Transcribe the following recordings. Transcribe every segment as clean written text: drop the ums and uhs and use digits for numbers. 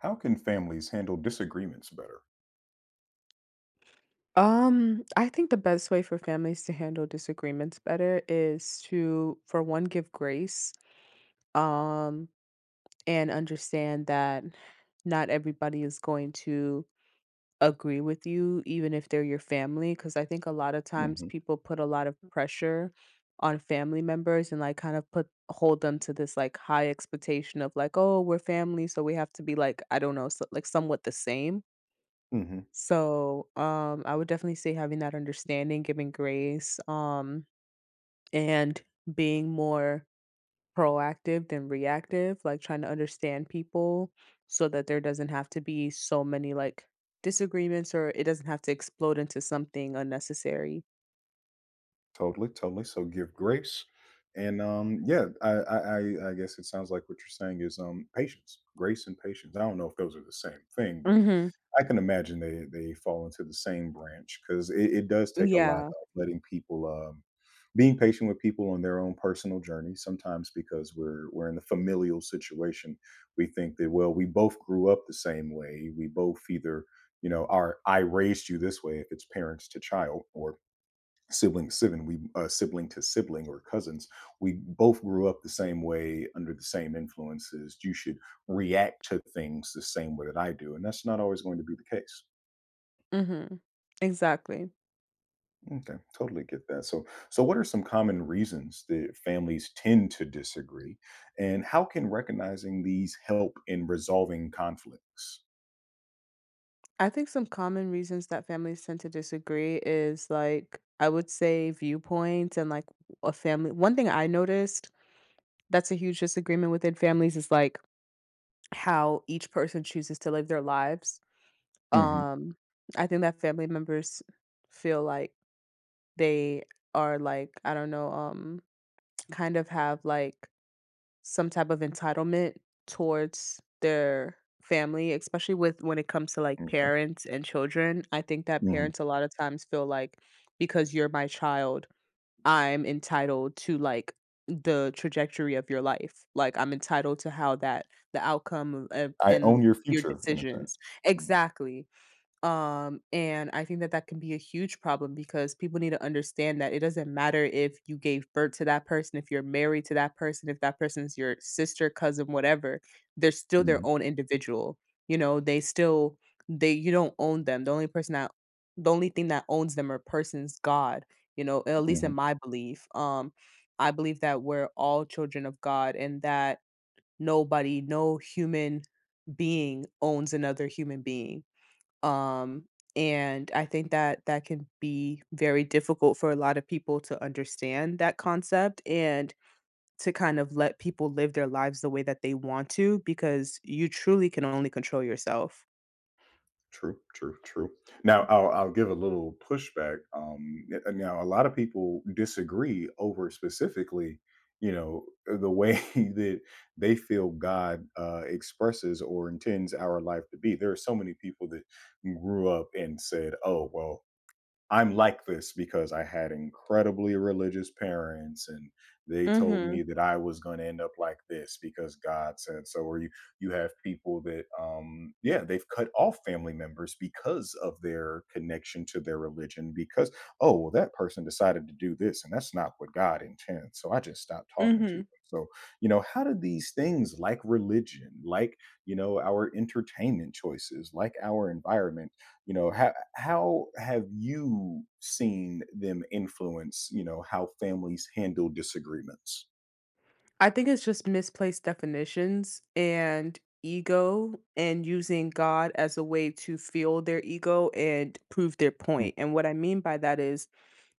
How can families handle disagreements better? I think the best way for families to handle disagreements better is to, for one, give grace, um, and understand that not everybody is going to agree with you, even if they're your family. Because I think a lot of times Hmm. people put a lot of pressure on family members and like kind of put hold them to this like high expectation of like, oh, we're family, so we have to be like, I don't know, so, like somewhat the same. Hmm. So, I would definitely say having that understanding, giving grace, and being more proactive than reactive, like trying to understand people so that there doesn't have to be so many like disagreements or it doesn't have to explode into something unnecessary. Totally, totally. So give grace, and yeah, I guess it sounds like what you're saying is patience, grace, and patience. I don't know if those are the same thing, but Mhm. I can imagine they fall into the same branch, 'cause it does take a lot Yeah. of letting people, being patient with people on their own personal journey, sometimes because we're in the familial situation, we think that, well, we both grew up the same way, we both either, you know, are "I raised you this way," if it's parents to child, or sibling to sibling we sibling to sibling or cousins, we both grew up the same way under the same influences. You should react to things the same way that I do, and that's not always going to be the case. Mhm. Exactly. Okay, totally get that. So so what are some common reasons that families tend to disagree, and how can recognizing these help in resolving conflicts? I think some common reasons that families tend to disagree is, like, I would say viewpoints and like a family. One thing I noticed that's a huge disagreement within families is, like, how each person chooses to live their lives. Hmm. Um, I think that family members feel like they are, like, I don't know, kind of have, like, some type of entitlement towards their family, especially with when it comes to, like, Okay. parents and children. I think that Hmm. parents a lot of times feel like, "Because you're my child, I'm entitled to like the trajectory of your life. Like I'm entitled to how that the outcome of, I and own your your future, in a sense. decisions." Exactly. And I think that that can be a huge problem because people need to understand that it doesn't matter if you gave birth to that person, if you're married to that person, if that person's your sister, cousin, whatever, they're still their own individual. You know, they still they you don't own them. The only thing that owns them or person's God, you know, at least in Hmm. my belief. I believe that we're all children of God and that nobody, no human being owns another human being, um and I think that that can be very difficult for a lot of people to understand that concept and to kind of let people live their lives the way that they want to, because you truly can only control yourself. True, true, true. Now, I'll give a little pushback. Now, a lot of people disagree over specifically, you know, the way that they feel God expresses or intends our life to be. There are so many people that grew up and said, "Oh, well, I'm like this because I had incredibly religious parents, and they told Mhm. me that I was going to end up like this because God said so." Or you have people that yeah, they've cut off family members because of their connection to their religion, because, oh, well, that person decided to do this and that's not what God intends, so I just stopped talking to them. Mhm. So you know, how do these things, like religion, like, you know, our entertainment choices, like our environment, you know, how have you seen them influence, you know, how families handle disagreements? I think it's just misplaced definitions and ego and using God as a way to feel their ego and prove their Mm. Point. And what I mean by that is,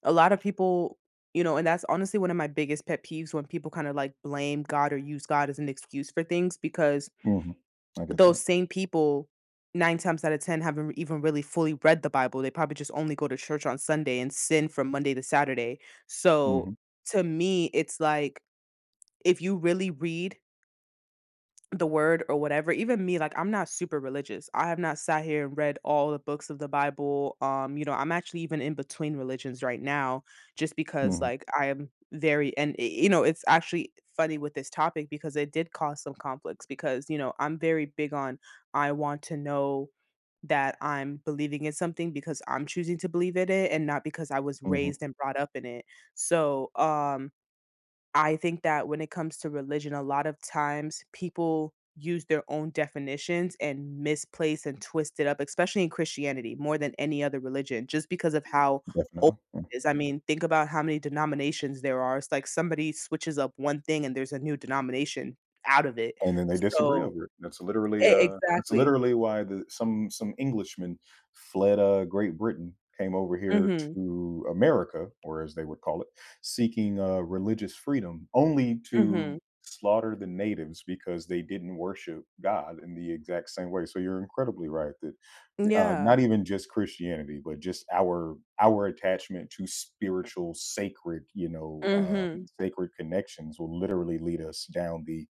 a lot of people, you know, and that's honestly one of my biggest pet peeves when people kinda, like, blame God or use God as an excuse for things, because Mhm. I get those that. same people 9 times out of 10 haven't even really fully read the Bible, they probably just only go to church on Sunday and sin from Monday to Saturday. So, Mhm. to me, it's like, if you really read the word or whatever, even me, like I'm not super religious, I have not sat here and read all the books of the Bible. You know, I'm actually even in between religions right now, just because Mhm. like I am very you know, it's actually funny with this topic because it did cause some conflicts, because you know I'm very big on, I want to know that I'm believing in something because I'm choosing to believe in it and not because I was Mhm, raised and brought up in it. So, I think that when it comes to religion, a lot of times people use their own definitions and misplace and twist it up, especially in Christianity more than any other religion, just because of how old definitely. it is. I mean, think about how many denominations there are. It's like somebody switches up one thing and there's a new denomination out of it. And then they disagree So, over it. E That's exactly. literally why the some Englishmen fled, Great Britain, came over here Mhm, to America, or as they would call it, seeking, religious freedom, only mhm. to slaughter the natives because they didn't worship God in the exact same way. So you're incredibly right that, Yeah. not even just Christianity, but just our attachment to spiritual, sacred, you know, Mhm. sacred connections will literally lead us down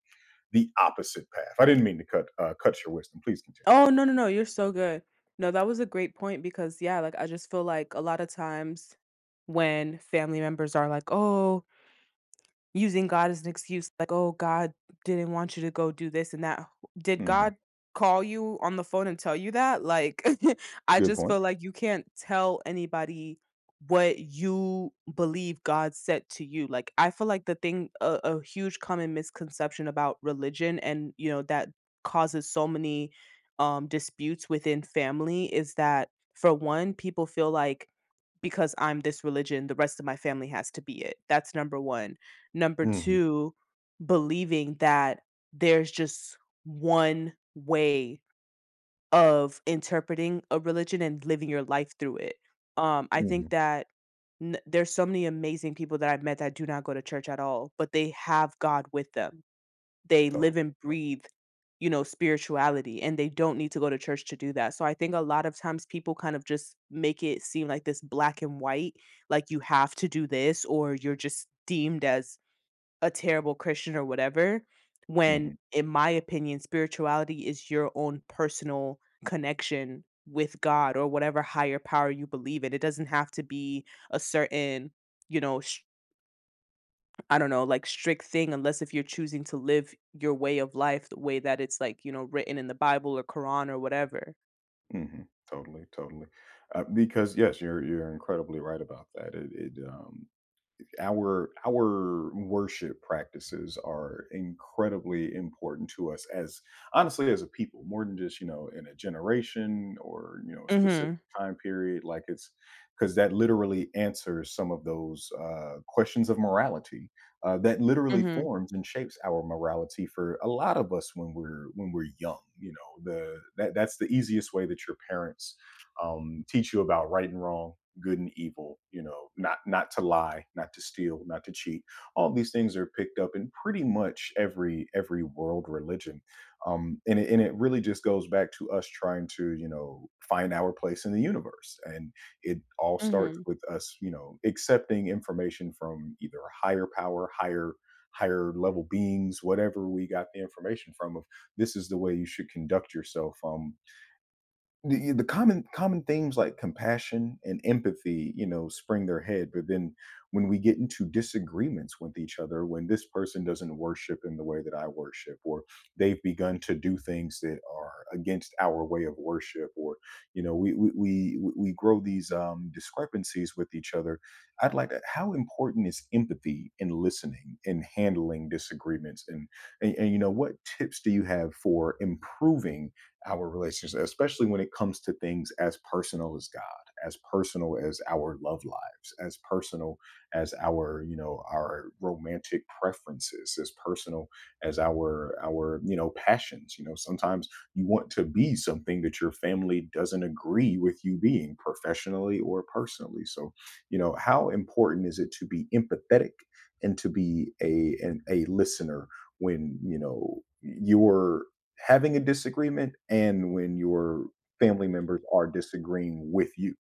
the opposite path. I didn't mean to cut cut your wisdom. Please continue. Oh, no, no, no, you're so good. No, that was a great point, because yeah, like I just feel like a lot of times when family members are like, "Oh, using God as an excuse," like, "Oh, God didn't want you to go do this and that." Did Hmm. God call you on the phone and tell you that? Like, I Good just point. feel like you can't tell anybody what you believe God said to you. Like, I feel like the thing, a huge common misconception about religion and, you know, that causes so many disputes within family is that, for one, people feel like because I'm this religion, the rest of my family has to be it. That's number one. Number Hmm. two, believing that there's just one way of interpreting a religion and living your life through it. I think Hmm. that n there's so many amazing people that I've met that do not go to church at all, but they have God with them. They Totally. live and breathe, you know, spirituality, and they don't need to go to church to do that. So I think a lot of times people kind of just make it seem like this black and white, like you have to do this or you're just deemed as a terrible Christian or whatever, when, Hmm. in my opinion, spirituality is your own personal connection with God or whatever higher power you believe in. It doesn't have to be a certain, you know, I don't know, like strict thing, unless if you're choosing to live your way of life the way that it's like, you know, written in the Bible or Quran or whatever. Hmm. Totally. Totally. Because yes, you're incredibly right about that. It our worship practices are incredibly important to us as honestly as a people, more than just, you know, in a generation or, you know, a Mm specific hmm. time period. Like it's because that literally answers some of those questions of morality, that Mm literally hmm. forms and shapes our morality for a lot of us when we're young. You know the that, that's the easiest way that your parents teach you about right and wrong, good and evil. You know, not not to lie, not to steal, not to cheat. All these things are picked up in pretty much every world religion. And it, and it really just goes back to us trying to, you know, find our place in the universe, and it all Mm starts hmm. with us, you know, accepting information from either a higher power, higher higher level beings, whatever we got the information from, of this is the way you should conduct yourself. The common common themes like compassion and empathy, you know, spring their head. But then when we get into disagreements with each other, when this person doesn't worship in the way that I worship, or they've begun to do things that are against our way of worship, or, you know, we grow these discrepancies with each other. I'd like to. How important is empathy in listening and handling disagreements? And you know, what tips do you have for improving our relationship, especially when it comes to things as personal as God, as personal as our love lives, as personal as you know, our romantic preferences, as personal as our, you know, passions. You know, sometimes you want to be something that your family doesn't agree with you being professionally or personally. So, you know, how important is it to be empathetic and to be a listener when, you know, your having a disagreement and when your family members are disagreeing with you.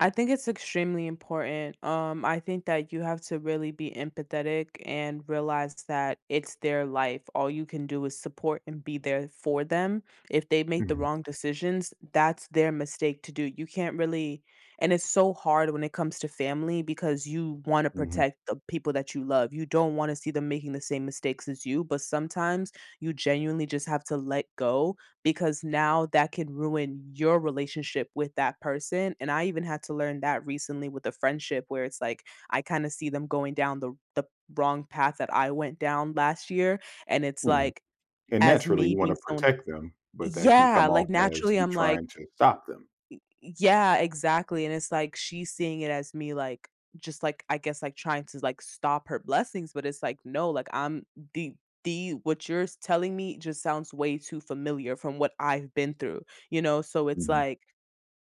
I think it's extremely important. I think that you have to really be empathetic and realize that it's their life. All you can do is support and be there for them. If they make the Mhm. wrong decisions, that's their mistake to do. You can't really, and it's so hard when it comes to family because you want to Mhm. protect the people that you love. You don't want to see them making the same mistakes as you, but sometimes you genuinely just have to let go because now that can ruin your relationship with that person. And I even had to learn that recently with a friendship where it's like I kind of see them going down the wrong path that I went down last year. And it's Mhm, like, and as naturally, me you wanna being someone, protect them, but that can yeah, come off like as naturally you I'm trying like, to stop them. yeah, exactly, and it's like she's seeing it as me, like, just like, I guess, like, trying to, like, stop her blessings, but it's like, "No, like, I'm the the what you're s telling me just sounds way too familiar from what I've been through," you know? So it's Mhm. like,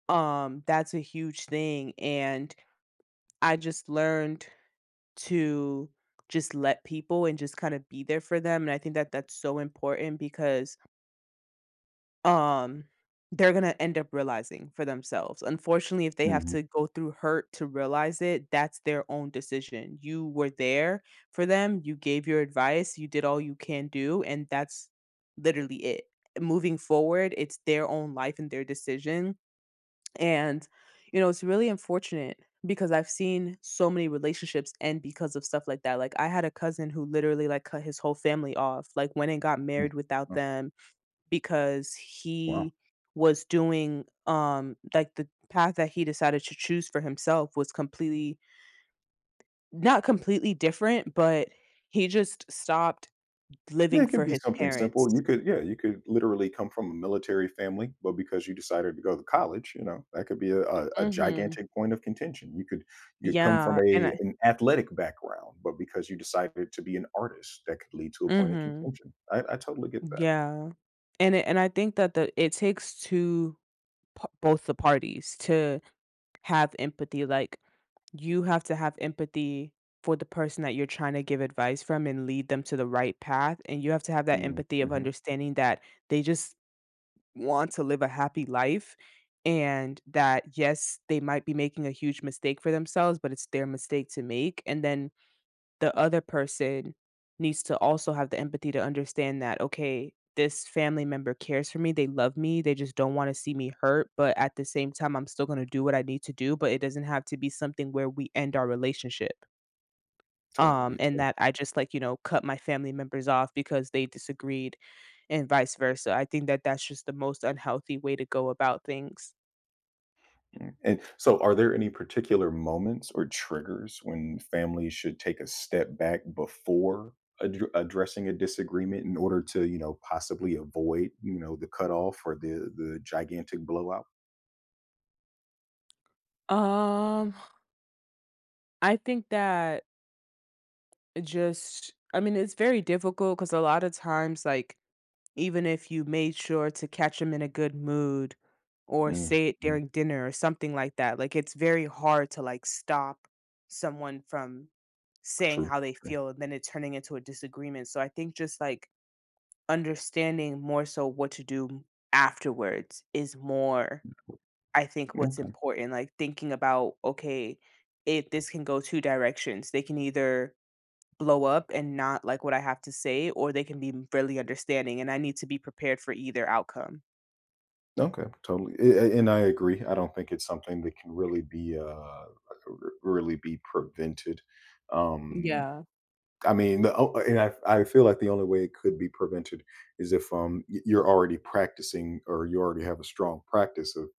that's a huge thing, and I just learned to just let people and just kinda be there for them, and I think that that's so important because, um, they're gonna end up realizing for themselves. Unfortunately, if they have Mhm. to go through hurt to realize it, that's their own decision. You were there for them, you gave your advice, you did all you can do, and that's literally it. Moving forward, it's their own life and their decision. And, you know, it's really unfortunate because I've seen so many relationships end because of stuff like that. Like I had a cousin who literally like cut his whole family off, like went and got Mm. married without Oh, them because wow. he was doing like the path that he decided to choose for himself was completely, not completely different, but he just stopped Yeah, living it for could be his something parents. simple. You could, yeah, you could literally come from a military family, but because you decided to go to college, you know, that could be a Mhm. gigantic point of contention. You could come from Yeah, and a I, an athletic background, but because you decided to be an artist, that could lead to a point of mhm. contention. I totally get that. Yeah. And and I think that the it takes two both the parties to have empathy. Like you have to have empathy for the person that you're trying to give advice from and lead them to the right path, and you have to have that Mm-hmm. empathy of Mm-hmm. understanding that they just want to live a happy life, and that yes, they might be making a huge mistake for themselves, but it's their mistake to make, and then the other person needs to also have the empathy to understand that, okay, this family member cares for me. They love me. They just don't want to see me hurt. But at the same time, I'm still going to do what I need to do. But it doesn't have to be something where we end our relationship. Totally, And totally. that I just like, you know, cut my family members off because they disagreed and vice versa. I think that that's just the most unhealthy way to go about things. Sure. And so, are there any particular moments or triggers when families should take a step back before addressing a disagreement in order to, you know, possibly avoid, you know, the cutoff or the gigantic blowout? Um, I think that just, I mean, it's very difficult because a lot of times, like, even if you made sure to catch them in a good mood or Mm. say it Mm, during dinner or something like that. Like it's very hard to like stop someone from saying true. how they True. feel and then it turning into a disagreement. So I think just like understanding more so what to do afterwards is more, I think, what's Okay. important. Like thinking about, okay, it this can go two directions. They can either blow up and not like what I have to say, or they can be really understanding, and I need to be prepared for either outcome. Okay. Totally. And I agree. I don't think it's something that can really be really be prevented. Um, Yeah. I mean, the o and I feel like the only way it could be prevented is if, y you're already practicing, or you already have a strong practice of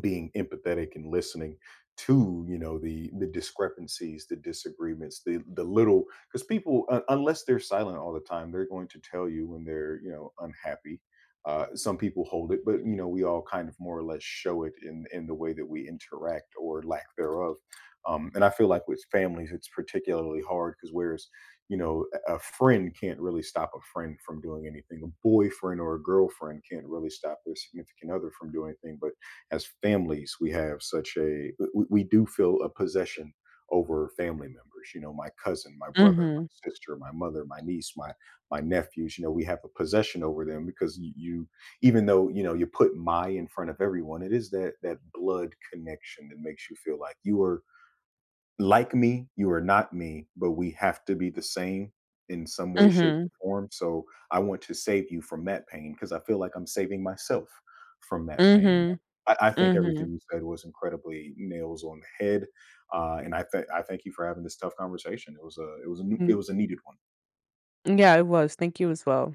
being empathetic and listening to, you know, the discrepancies, the disagreements, the little, because people, unless they're silent all the time, they're going to tell you when they're, you know, unhappy. Some people hold it, but you know, we all kind of more or less show it in the way that we interact or lack thereof. And I feel like with families it's particularly hard, because whereas, you know, a friend can't really stop a friend from doing anything, a boyfriend or a girlfriend can't really stop their significant other from doing anything, but as families we have such a we do feel a possession over family members. You know, my cousin, my brother, my Mhm. sister, my mother, my niece, my nephews, you know, we have a possession over them, because you, even though you know you put my in front of everyone, it is that that blood connection that makes you feel like you are like me, you are not me, but we have to be the same in some way, shape, Mhm. or form. So I want to save you from that pain because I feel like I'm saving myself from that pain. Mhm. I think Mhm. everything you said was incredibly nails on the head, and I thank you for having this tough conversation. It was a it was it Mm, was a needed one. yeah, it was. Thank you as well.